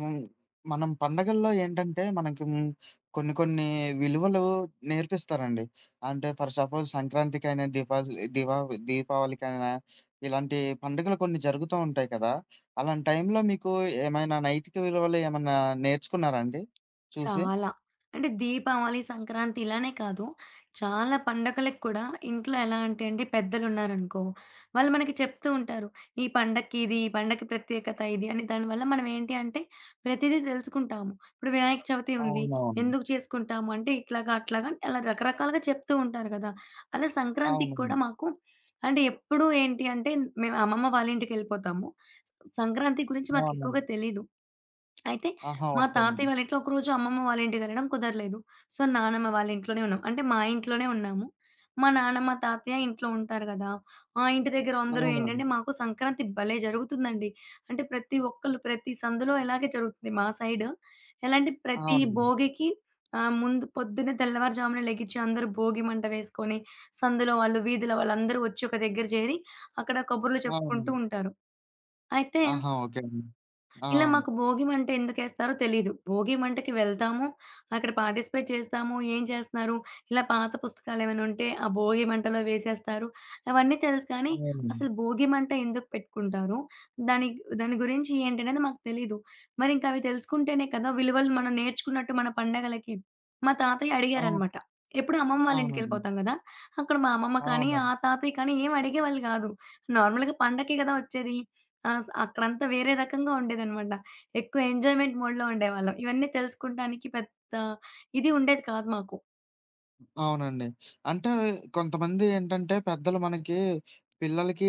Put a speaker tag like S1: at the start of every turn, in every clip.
S1: హ్మ్. మనం పండగల్లో ఏంటంటే, మనకి కొన్ని కొన్ని విలువలు నేర్పిస్తారండి. అంటే ఫర్ సపోజ్ సంక్రాంతికైనా, దీపావళికైనా ఇలాంటి పండుగలు కొన్ని జరుగుతూ ఉంటాయి కదా! అలాంటి టైంలో మీకు ఏమైనా నైతిక విలువలు ఏమన్నా నేర్చుకున్నారా అండి చూసి?
S2: చాలా. అంటే దీపావళి, సంక్రాంతి ఇలానే కాదు. చాలా పండగలకి కూడా ఇంట్లో ఎలా అంటే అండి పెద్దలున్నారనుకో, వాళ్ళు మనకి చెప్తూ ఉంటారు. ఈ పండక్కి ఇది, ఈ పండక్కి ప్రత్యేకత ఇది అని. దానివల్ల మనం ఏంటి అంటే ప్రతిదీ తెలుసుకుంటాము. ఇప్పుడు వినాయక చవితి ఉంది.
S1: అవునవును.
S2: ఎందుకు చేసుకుంటాము అంటే ఇట్లాగా, అట్లాగా అని అలా రకరకాలుగా చెప్తూ ఉంటారు కదా! అలా సంక్రాంతికి
S1: అవునండి.
S2: కూడా మాకు అంటే ఎప్పుడూ ఏంటి అంటే మేము అమ్మమ్మ వాళ్ళ ఇంటికెళ్ళిపోతాము. సంక్రాంతి గురించి
S1: అవునండి.
S2: మాకెక్కువగా తెలీదు. అయితే
S1: ఆహా!
S2: మా
S1: ఓకే అండి.
S2: తాతయ్య వాళ్ళ ఇంట్లో ఒకరోజు అమ్మమ్మ వాళ్ళ ఇంటికి వెళ్ళడం కుదరలేదు. సో, నానమ్మ వాళ్ళ ఇంట్లోనే ఉన్నాం. అంటే మా ఇంట్లోనే ఉన్నాము. మా నానమ్మ, తాతయ్య ఇంట్లో ఉంటారు గదా! ఆ ఇంటి దగ్గర అందరూ
S1: అవునండి.
S2: ఏంటంటే మాకు సంక్రాంతి భలే జరుగుతుందండి. అంటే ప్రతి ఒక్కళ్ళు ప్రతి సందులో ఇలాగే జరుగుతుంది మా సైడ్. ఎలా అంటే ప్రతి
S1: అవునండి.
S2: భోగికి ముందు పొద్దున్నే తెల్లవారుజామున లెగిచి అందరూ భోగి మంట వేసుకొని, సందులో వాళ్ళు, వీధిలో వాళ్ళందరూ వచ్చి ఒక దగ్గర చేరి అక్కడ కబుర్లు చెప్పుకుంటూ
S1: అవునండి.
S2: ఉంటారు. అయితే
S1: ఆహా! ఓకే అండి. ఆ!
S2: ఇలా మాకు భోగిమంట ఎందుకేస్తారో తెలీదు. భోగిమంటకి వెళ్తాము. అక్కడ పార్టిసిపేట్ చేస్తాము. ఏం చేస్తున్నారు? ఇలా పాత పుస్తకాలేమైనా ఉంటే ఆ భోగిమంటలో వేసేస్తారు. అవన్నీ తెలుసు కానీ,
S1: అవును.
S2: అసలు భోగిమంట ఎందుకు పెట్టుకుంటారు? దాని దాని గురించి ఏంటనేది మాకు తెలీదు. మరింక అవి తెలుసుకుంటేనే కదా విలువలు మనం నేర్చుకున్నట్టు మన పండగలకి. మా తాతయ్య
S1: అవును.
S2: అడిగారనమాట. ఎప్పుడు అమ్మమ్మ వాళ్ళ
S1: అవునండి.
S2: ఇంటికెళ్ళిపోతాం కదా! అక్కడ మా అమ్మమ్మ
S1: అవును.
S2: కానీ, ఆ
S1: అవునండి.
S2: తాతయ్య కానీ ఏం అడిగేవాళ్ళు కాదు. నార్మల్‌గా పండక్కే కదా వచ్చేది. ఆ! అక్కడంతా వేరే రకంగా ఉండేదనమాట. ఎక్కువ ఎంజాయ్‌మెంట్ మోడ్‌లో ఉండేవాళ్ళం. ఇవన్నీ తెలుసుకుంటానికి పెద్ద ఇది ఉండేది కాదు మాకు.
S1: అవునండి. అంటే కొంతమంది ఏంటంటే పెద్దలు మనకి పిల్లలకి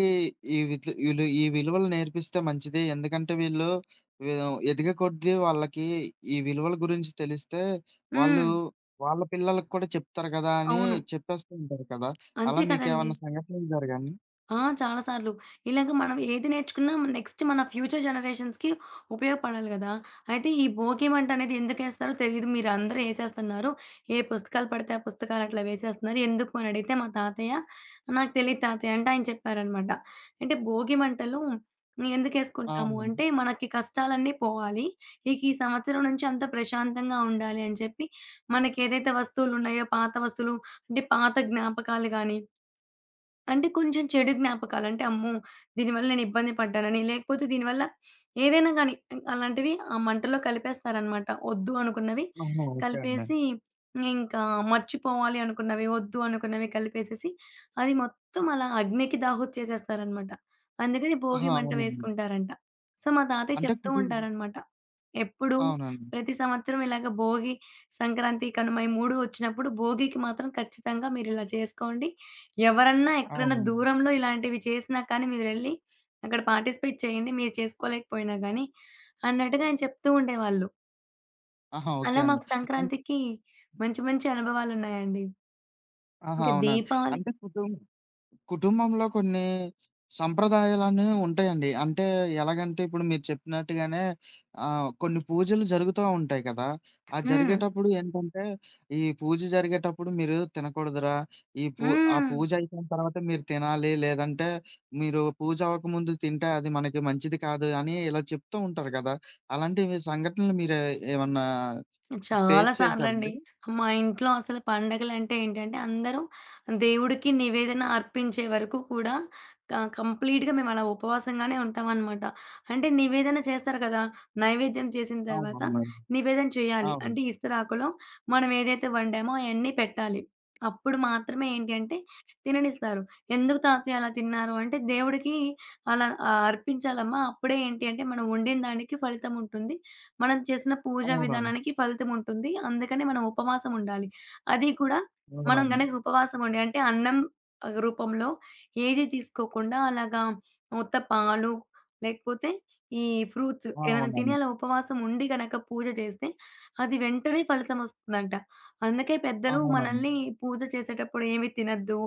S1: ఈ విలువలు నేర్పిస్తే మంచిది. ఎందుకంటే వీళ్ళు వీ ఎదిగే కొద్దీ వాళ్ళకి ఈ విలువల గురించి తెలిస్తే వాళ్ళు
S2: హ్మ్.
S1: వాళ్ళ పిల్లలకి కూడా చెప్తారు కదా! అని
S2: అవును.
S1: చెప్పేస్తూ ఉంటారు కదా! అలా
S2: అంతే కదండీ!
S1: మీకేమన్నా సంఘటనలు జరిగాయండి?
S2: ఆ! చాలా సార్లు. ఇలాగ మనం ఏది నేర్చుకున్నా నెక్స్ట్ మన ఫ్యూచర్ జనరేషన్స్‌కి ఉపయోగపడాలి గదా! అయితే ఈ భోగి మంట అనేది ఎందుకేస్తారో తెలీదు. మీరందరూ ఏసేస్తున్నారు. ఏ పుస్తకాలు పడితే ఆ పుస్తకాలు అట్లా వేసేస్తున్నారు. ఎందుకు అని అడిగితే మా తాతయ్య, నాకు తెలీదు తాతయ్య అంటే ఆయన చెప్పారనమాట. అంటే భోగి మంటలు ఎందుకేసుకుంటాము
S1: అవునండి.
S2: అంటే మనకి కష్టాలన్నీ పోవాలి. ఇక ఈ సంవత్సరం నుంచి అంతా ప్రశాంతంగా ఉండాలి అని చెప్పి మనకేదైతే వస్తువులున్నాయో పాత వస్తువులు అంటే పాత జ్ఞాపకాలు గాని అంటే కొంచెం చెడు జ్ఞాపకాలు. అంటే అమ్మో! దీనివల్ల నేను ఇబ్బంది పడ్డానని, లేకపోతే దీనివల్ల ఏదైనా గానీ అలాంటివి ఆ మంటలో కలిపేస్తారనమాట. వద్దు అనుకున్నవి
S1: ఆహా! ఓకే అండి.
S2: కలిపేసి ఇంకా మర్చిపోవాలి అనుకున్నవి, వద్దు అనుకున్నవి కలిపేసేసి అది మొత్తం అలా అగ్నికి దాహోచ్చేసేస్తారనమాట. అందుకని భోగి
S1: ఆహా!
S2: మంట
S1: అవునండి.
S2: వేసుకుంటారంట. సో, మా తాతయ్య
S1: అంటే
S2: చెప్తూ
S1: కుటుంబ
S2: ఉంటారనమాట. ఎప్పుడు
S1: అవునండి.
S2: ప్రతి సంవత్సరం ఇలాగ భోగి, సంక్రాంతి, కనుమ ఈ 3 వచ్చినప్పుడు భోగికి మాత్రం ఖచ్చితంగా మీరిలా చేసుకోండి. ఎవరన్నా ఎక్కడన్నా
S1: అవును.
S2: దూరంలో ఇలాంటివి చేసినా కానీ మీరెళ్లి అక్కడ పార్టిసిపేట్ చేయండి. మీరు చేసుకోలేకపోయినా గానీ అన్నట్టుగా ఆయన చెప్తూ ఉండేవాళ్ళు.
S1: ఆహా! ఓకే
S2: అలా
S1: అండి.
S2: మాకు
S1: అన్
S2: సంక్రాంతికి మంచి మంచి అనుభవాలున్నాయండి.
S1: ఆహా!
S2: ఇంకా
S1: అవునండి.
S2: దీపావళి
S1: అంటే కుటుంబంలో కొన్ని సంప్రదాయాలనే ఉంటాయండి. అంటే ఎలాగంటే ఇప్పుడు మీరు చెప్పినట్టుగానే కొన్ని పూజలు జరుగుతా ఉంటాయి కదా! ఆ
S2: హ్మ్.
S1: జరిగేటప్పుడు ఏంటంటే ఈ పూజ జరిగేటప్పుడు మీరు తినకూడదురా! ఈ పూ ఆ
S2: హ్మ్.
S1: పూజ అయిపోయిన తర్వాత మీరు తినాలి. లేదంటే మీరు పూజ అవ్వకముందు తింటే అది మనకి మంచిది కాదు అని ఇలా చెప్తూ ఉంటారు కదా! అలాంటి మీ సంఘటనలు మీరు ఏమన్నా
S2: చాలా
S1: ఫేస్
S2: సార్లండి.
S1: చేసారండి?
S2: మా ఇంట్లో అసలు పండగలంటే ఏంటంటే, అందరూ దేవుడికి నివేదన అర్పించే వరకు కూడా కంప్లీట్‌గా మేమలా ఉపవాసంగానే ఉంటామనమాట. అంటే నివేదన చేస్తారు కదా! నైవేద్యం చేసిన తర్వాత
S1: అవునవునండి.
S2: నివేదన చేయాలి.
S1: అవును.
S2: అంటే ఇస్తరాకులో మనం ఏదైతే వండామో అయన్నీ పెట్టాలి. అప్పుడు మాత్రమే ఏంటి అంటే తిననిస్తారు. "ఎందుకు తాతయ్య అలా తిన్నారు?" అంటే, "దేవుడికి అలా అర్పించాలమ్మా. అప్పుడే ఏంటి అంటే, మనం వండిన దానికి ఫలితం ఉంటుంది. మనం చేసిన పూజా
S1: అవునండి.
S2: విధానానికి ఫలితం ఉంటుంది. అందుకని మనం ఉపవాసం ఉండాలి. అది కూడా మనం
S1: అవునవును.
S2: గనక ఉపవాసం ఉండి అంటే అన్నం రూపంలో ఏది తీసుకోకుండా అలాగా ఉత్త పాలు లేకపోతే ఈ ఫ్రూట్స్ ఏమైనా తిని
S1: అవునండి.
S2: అలా ఉపవాసం ఉండి గనక పూజ చేస్తే అది వెంటనే ఫలితం వస్తుందంట. అందుకే పెద్దలు
S1: అవునండి.
S2: మనల్ని పూజ చేసేటప్పుడు ఏమి తినొద్దు.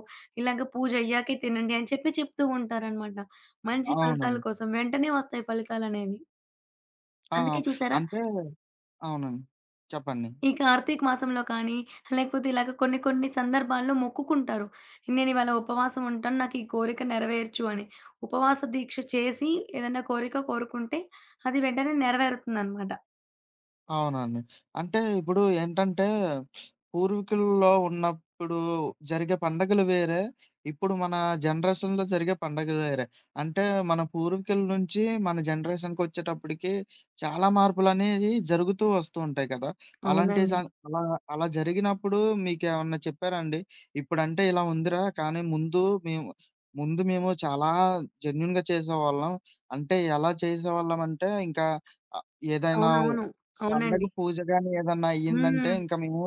S2: ఇలాగ పూజ అయ్యాకే తినండి అని చెప్పి చెప్తూ ఉంటారనమాట. మంచి ఫలితాల
S1: అవునండి.
S2: కోసం వెంటనే వస్తాయి ఫలితాలనేవి.
S1: ఆ!
S2: అందుకే చూసారా?
S1: అంటే అవునండి. చెప్పండి.
S2: ఈ కార్తీక మాసంలో కానీ, లేకపోతే ఇలాగ కొన్ని కొన్ని సందర్భాల్లో మొక్కుకుంటారు. నేనివాళ ఉపవాసం ఉంటాను. నాకు ఈ కోరిక నెరవేర్చు అని. ఉపవాస దీక్ష చేసి ఏదైనా కోరిక కోరుకుంటే అది వెంటనే నెరవేరుతుందనమాట.
S1: అవునండి. అంటే ఇప్పుడు ఏంటంటే, పూర్వీకుల్లో ఉన్నప్పుడు జరిగే పండగలు వేరే, ఇప్పుడు మన జనరేషన్‌లో జరిగే పండగలు వేరే. అంటే మన పూర్వీకుల నుంచి మన జనరేషన్‌కొచ్చేటప్పటికి చాలా మార్పులనేవి జరుగుతూ వస్తూ ఉంటాయి కదా! అలాంటి
S2: అవునండి.
S1: సం అలా అలా జరిగినప్పుడు మీకేమన్నా చెప్పారా అండి? ఇప్పుడంటే ఇలా ఉందిరా, కానీ ముందు మేము చాలా జెన్యూన్‌గా చేసేవాళ్ళం. అంటే ఎలా చేసేవాళ్ళమంటే, ఇంకా ఆహ్, ఏదైనా
S2: అవునవును.
S1: పండగ
S2: అవునండి.
S1: పూజ గాని ఏదన్నా అయ్యిందంటే
S2: హ్మ్.
S1: ఇంక మేము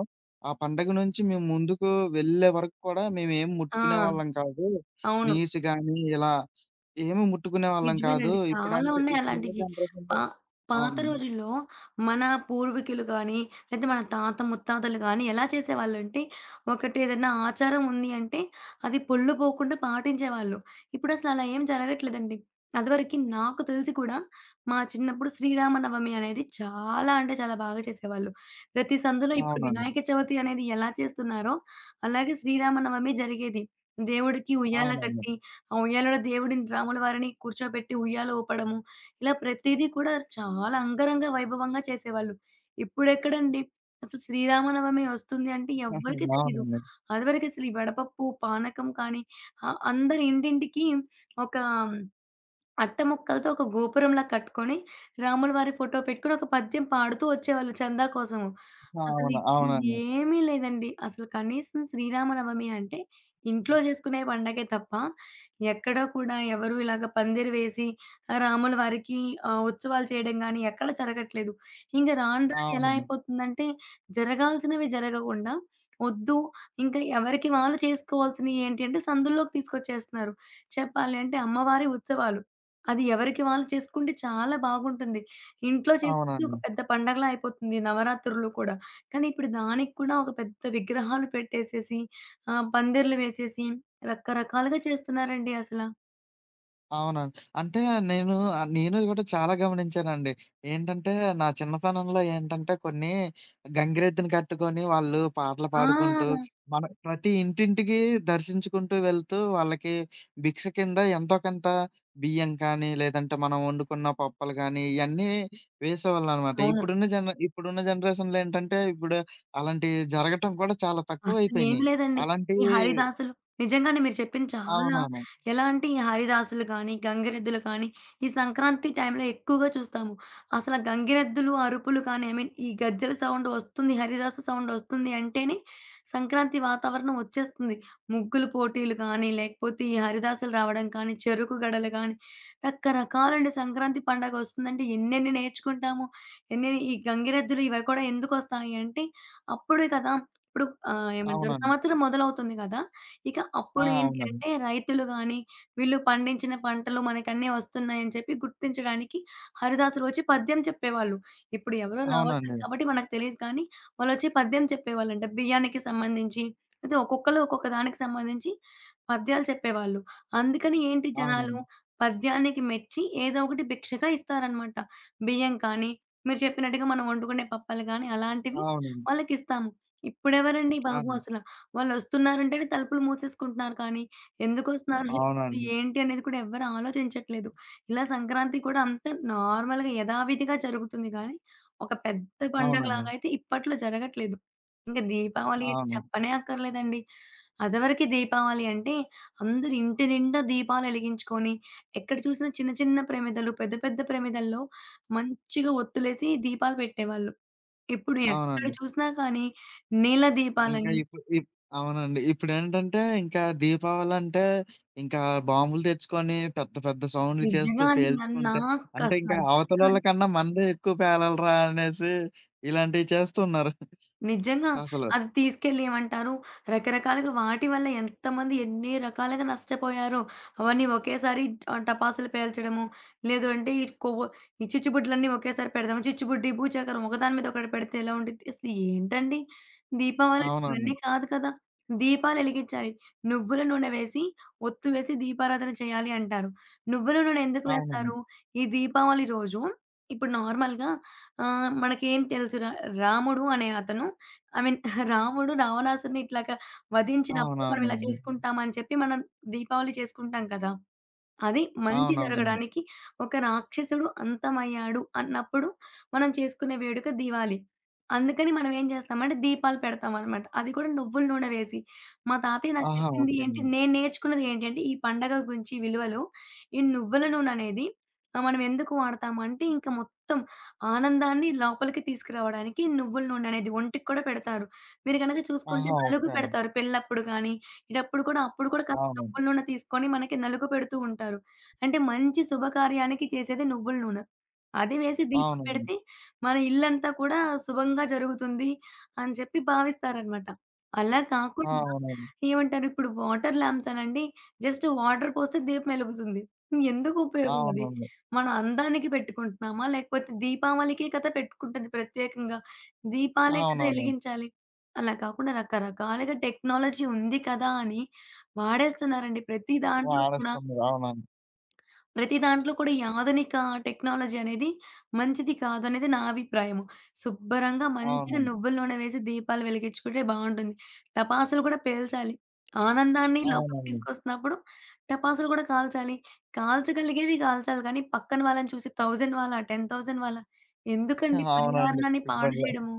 S1: ఆ పండగ నుంచి మేము ముందుకు వెళ్ళే వరకు కూడా మేమేం
S2: ఆ!
S1: ముట్టుకునేవాళ్ళం కాదు.
S2: అవును.
S1: నీసు గాని ఇలా ఏమి ముట్టుకునేవాళ్ళం కాదు.
S2: నిజమేనండి. చాలా
S1: ఇప్పుడంటే
S2: ఉన్నాయి
S1: ఇప్పుడున్న
S2: అలాంటియి.
S1: జనరేషన్‌లో
S2: పా పాత
S1: అవునండి.
S2: రోజుల్లో మన పూర్వీకులు గానీ, లేతే మన తాత ముత్తాతలు గానీ ఎలా చేసేవాళ్ళంటే, ఒకటి ఏదన్నా ఆచారం ఉంది అంటే, అది పొల్లు పోకుండా పాటించేవాళ్ళు. ఇప్పుడసలు అలా ఏం జరగట్లేదండి. అదివరకి నాకు తెలిసి కూడా, మా చిన్నప్పుడు శ్రీరామనవమి అనేది చాలా అంటే చాలా బాగా చేసేవాళ్ళు. ప్రతి సందులో ఇప్పుడు
S1: అవునండి.
S2: వినాయక చవితి అనేది ఎలా చేస్తున్నారో, అలాగే శ్రీరామనవమి జరిగేది. దేవుడికి ఉయ్యాల
S1: అవునండి.
S2: కట్టి ఆ ఉయ్యాలలో దేవుడిని, రాముల వారిని కూర్చోబెట్టి ఉయ్యాల ఊపడము. ఇలా ప్రతీదీ కూడా చాలా అంగరంగ వైభవంగా చేసేవాళ్ళు. ఇప్పుడెక్కడండి? అసలు శ్రీరామనవమి వస్తుంది అంటే ఎవ్వరికీ తెలీదు.
S1: అవునండి.
S2: అదివరకసలు ఈ వడపప్పు, పానకం కానీ అందరి ఇంటింటికి ఒక అట్ట ముక్కలతో ఒక గోపురంలా కట్టుకొని, రాముల వారి ఫోటో పెట్టుకొని ఒక పద్యం పాడుతూ వచ్చేవాళ్ళు చందా కోసము. అసలు
S1: అవును.
S2: ఇప్పుడు
S1: అవునండి.
S2: ఏమీ లేదండి. అసలు కనీసం శ్రీరామనవమి అంటే ఇంట్లో చేసుకునే పండగే తప్ప, ఎక్కడా కూడా ఎవరు ఇలాగ పందిరి వేసి రాముల వారికి ఉత్సవాలు చేయడం గానీ ఎక్కడ జరగట్లేదు. ఇంక రాను రాను ఎలా
S1: అవునండి.
S2: అయిపోతుందంటే జరగాల్సినవి జరగకుండా, ఒద్దు ఇంకా ఎవరికి వాళ్ళు చేసుకోవాల్సినయి ఏంటి అంటే సందుల్లోకి తీసుకొచ్చేస్తున్నారు. చెప్పాలి అంటే అమ్మవారి ఉత్సవాలు. అది ఎవరికి వాళ్ళు చేసుకుంటే చాలా బాగుంటుంది. ఇంట్లో చేసుకుంటే
S1: అవునండి.
S2: ఒక పెద్ద పండగలా అయిపోతుంది నవరాత్రులు కూడా. కానీ ఇప్పుడు దానికి కూడా ఒక పెద్ద విగ్రహాలు పెట్టేసేసి, పందిర్లు వేసేసి రకరకాలుగా చేస్తున్నారండి అసల.
S1: అవునండి. అంటే నేను గూడా చాలా గమనించానండి. ఏంటంటే, నా చిన్నతనంలో ఏంటంటే, కొన్ని గంగిరెద్దుని కట్టుకొని వాళ్ళు పాటలు పాడుకుంటూ,
S2: ఆ!
S1: మన ప్రతి ఇంటింటికి దర్శించుకుంటూ వెళ్తూ, వాళ్ళకి భిక్ష కింద ఎంతో కొంత బియ్యం కానీ, లేదంటే మనం వండుకున్న పప్పులు గానీ, ఇయన్నీ వేసేవాళ్ళనమాట.
S2: అవును.
S1: ఇప్పుడున్న జనరేషన్‌లో ఏంటంటే, ఇప్పుడు అలాంటియి జరగటం కూడా చాలా
S2: అసలేం
S1: తక్కువయిపోయినియి.
S2: లేదండి. ఈ
S1: అలాంటియి
S2: హరిదాసులు నిజంగానే మీరు చెప్పింది చాలా
S1: అవునవును.
S2: ఎలా అంటే ఈ హరిదాసులు కానీ, గంగిరెద్దులు కానీ, ఈ సంక్రాంతి టైంలో ఎక్కువగా చూస్తాము. అసల గంగిరెద్దులు అరుపులు కానీ, ఐ మీన్ ఈ గజ్జెల సౌండ్ వస్తుంది, హరిదాస సౌండ్ వస్తుంది అంటేనే సంక్రాంతి వాతావరణం వచ్చేస్తుంది. ముగ్గుల పోటీలు కానీ, లేకపోతే ఈ హరిదాసులు రావడం కానీ, చెరుకు గడలు కానీ, రకరకాలండి సంక్రాంతి పండగ వస్తుందంటే ఎన్నెన్ని నేర్చుకుంటాము. ఎన్ని ఈ గంగిరెద్దులు ఇవి కూడా ఎందుకొస్తాయి అంటే అప్పుడే కదా! ఇప్పుడు ఏమంటారు
S1: అవునండి.
S2: సంవత్సరం మొదలవుతుంది గదా! ఇక
S1: ఆ!
S2: అప్పుడు
S1: అవునండి.
S2: ఏంటంటే రైతులు గాని, వీళ్ళు పండించిన పంటలు మనకన్నీ వస్తున్నాయని చెప్పి గుర్తించడానికి హరిదాసులు వచ్చి పద్యం చెప్పేవాళ్ళు. ఇప్పుడు ఎవరు రావట్లేదు
S1: అవునండి.
S2: కాబట్టి మనకు తెలీదు కానీ, వాళ్ళొచ్చి పద్యం చెప్పేవాళ్ళంట. బియ్యానికి సంబంధించి అయితే ఒక్కొక్కళ్ళు ఒక్కొక్క దానికి సంబంధించి పద్యాలు చెప్పేవాళ్ళు. అందుకని ఏంటి జనాలు
S1: అవునండి.
S2: పద్యానికి మెచ్చి ఏదో ఒకటి భిక్షగా ఇస్తారనమాట. బియ్యం కానీ, మీరు చెప్పినట్టుగా మనం వండుకునే పప్పలు గాని అలాంటివి
S1: అవునండి.
S2: వాళ్ళకిస్తాము. ఇప్పుడెవరండి బాబు
S1: అవును.
S2: అసల. వాళ్ళొస్తున్నారంటేనే తలుపులు మూసేసుకుంటున్నారు కానీ, ఎందుకొస్తున్నారు లేకపోతే
S1: అవునండి.
S2: ఏంటి అనేది కూడా ఎవ్వరు ఆలోచించట్లేదు. ఇలా సంక్రాంతి కూడా అంతా నార్మల్‌గా యథావిధిగా జరుగుతుంది గానీ, ఒక పెద్ద
S1: అవునండి.
S2: పండగలాగా అయితే ఇప్పట్లో జరగట్లేదు. ఇంక దీపావళి అయితే
S1: అవును.
S2: చెప్పనే అక్కర్లేదండి. అదివరకి దీపావళి అంటే అందరూ ఇంటి నిండా దీపాలెలిగించుకొని, ఎక్కడ చూసినా చిన్న చిన్న ప్రమిదలు, పెద్ద పెద్ద ప్రమిదల్లో మంచిగా ఒత్తులేసి దీపాలు పెట్టేవాళ్ళు. ఇప్పుడు ఎక్కడ
S1: అవునండి.
S2: చూసినా కానీ నీళ్ళ
S1: ఇంకా
S2: దీపాలని
S1: ఇప్పుడు ఇప్ అవునండి. ఇప్పుడేంటంటే ఇంకా దీపావళంటే ఇంకా బాంబులు తెచ్చుకొని పెద్ద పెద్ద సౌండ్‌లు చేస్తూ
S2: నిజంగా అండి
S1: పేల్చుకుంటే అంటే
S2: నాకసలు
S1: ఇంకా
S2: అర్థం
S1: అవతలోళ్ళ
S2: కాని
S1: కన్నా మనదే ఎక్కువ పేలాలిరా అనేసి ఇలాంటివి చేస్తున్నారు
S2: నిజంగా.
S1: అసలు.
S2: అది తీసుకెళ్ళి ఏమంటారు? రకరకాలుగా వాటి వల్ల ఎంతమంది ఎన్ని రకాలుగా నష్టపోయారో. అవన్నీ ఒకేసారి టపాసులు పేల్చడము, లేదు అంటే ఈ కొవ్వు ఈ చిచ్చుబుడ్లన్నీ ఒకేసారి పెడదాము. చిచ్చుబుడ్డి, భూచక్రం ఒకదాని మీద ఒకటి పెడితే ఎలా ఉండిద్ది? అసలు ఏంటండి? దీపావళికి
S1: అవునండి.
S2: ఇవన్నీ కాదు కదా! దీపాలు ఎలిగించాలి. నువ్వుల నూనె వేసి, ఒత్తు వేసి దీపారాధన చేయాలి అంటారు. నువ్వుల నూనె ఎందుకు
S1: అవునండి.
S2: వేస్తారు? ఈ దీపావళి రోజు ఇప్పుడు నార్మల్‌గా మనకేం తెలుసు రా రాముడు అనే అతను ఐ మీన్ రాముడు రావణాసురుడిని ఇట్లాగా వధించినప్పుడు మనం ఇలా
S1: అవునవునండి.
S2: చేసుకుంటాం అని చెప్పి మనం దీపావళి చేసుకుంటాం కదా! అది మంచి
S1: అవునవునండి.
S2: జరగడానికి ఒక రాక్షసుడు అంతమయ్యాడు అన్నప్పుడు మనం చేసుకునే వేడుక దీవాలి. అందుకని మనం ఏం చేస్తామంటే దీపాలు పెడతామనమాట. అది కూడా నువ్వుల నూనె వేసి. మా తాతయ్య నాకు
S1: ఆహా!
S2: చెప్పింది
S1: ఓకే
S2: ఏంటి
S1: అండి.
S2: నేను నేర్చుకున్నది ఏంటంటే ఈ పండగ గురించి విలువలో ఈ నువ్వుల నూనె అనేది మనం ఎందుకు వాడతామంటే ఇంకా మొత్తం ఆనందాన్ని లోపలికి తీసుకురావడానికి నువ్వుల నూనె అనేది ఒంటికి కూడా పెడతారు. మీరు గనక చూసుకుంటే
S1: ఆహా!
S2: నలుగు
S1: ఓకే అండి.
S2: పెడతారు పెళ్ళప్పుడు కానీ, ఈటప్పుడు కూడా అప్పుడు కూడా కాస్త
S1: అవునండి.
S2: నువ్వుల నూనె తీసుకొని మనకి నలుగు పెడుతూ ఉంటారు. అంటే మంచి శుభకార్యానికి చేసేది నువ్వుల నూనె. అది వేసి దీపం
S1: అవునండి.
S2: పెడితే మన ఇల్లంతా కూడా శుభంగా జరుగుతుంది అని చెప్పి భావిస్తారనమాట. అలా కాకుండా
S1: అవునండి.
S2: ఏమంటారు ఇప్పుడు వాటర్ ల్యాంప్స్ అనండి జస్ట్ వాటర్ పోస్తే దీపం ఎలుగుతుంది. ఎందుకు ఉపయోగం
S1: అవునండి.
S2: అది?
S1: అవునండి.
S2: మనం అందానికి పెట్టుకుంటున్నామా? లేకపోతే దీపావళికే కదా పెట్టుకుంటది ప్రత్యేకంగా. దీపాలే కదా
S1: అవునవును.
S2: ఎలిగించాలి. అలా కాకుండా రకరకాలుగా టెక్నాలజీ ఉంది కదా అని వాడేస్తున్నారండి.
S1: వాడేస్తున్నారు. అవునండి.
S2: ప్రతి దాంట్లో కూడా ఈ ఆధునిక టెక్నాలజీ అనేది మంచిది కాదనేది నా అభిప్రాయము. శుబ్బరంగా మంచిగా
S1: అవునండి.
S2: నువ్వుల నూనె వేసి దీపాలు వెలిగించుకుంటే బావుంటుంది. టపాసులు కూడా పేల్చాలి. ఆనందాన్ని లోపలికి
S1: అవునండి.
S2: తీసుకొస్తున్నప్పుడు టపాసులు కూడా కాల్చాలి. కాల్చగలిగేవి కాల్చాలి కానీ పక్కన వాళ్ళని చూసి 1000 వాళ్ళ, 10,000 వాళ్ళ ఎందుకండి
S1: అవునండి.
S2: పర్యావరణాన్ని పాడు
S1: ఇబ్బందులే.
S2: జేయడము.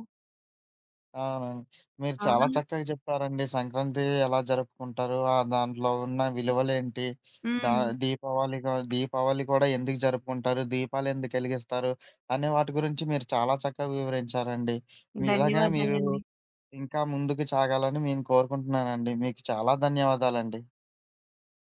S1: అవునండి. మీరు
S2: చాలా
S1: చాలా చక్కగా చెప్పారండి. సంక్రాంతి ఎలా జరుపుకుంటారు? ఆ దాంట్లో ఉన్న విలువలేంటి? దా
S2: హ్మ్.
S1: దీపావళి గా దీపావళి కూడా ఎందుకు జరుపుకుంటారు? దీపాలెందుకు ఎలిగిస్తారు? అనే వాటి గురించి మీరు చాలా చక్కగా వివరించారండి. మీ ఇలాగే మీరు
S2: ధన్యవాదాలండి.
S1: ఇంకా ముందుకు సాగాలని నేను కోరుకుంటున్నానండి. మీకు చాలా ధన్యవాదాలండి.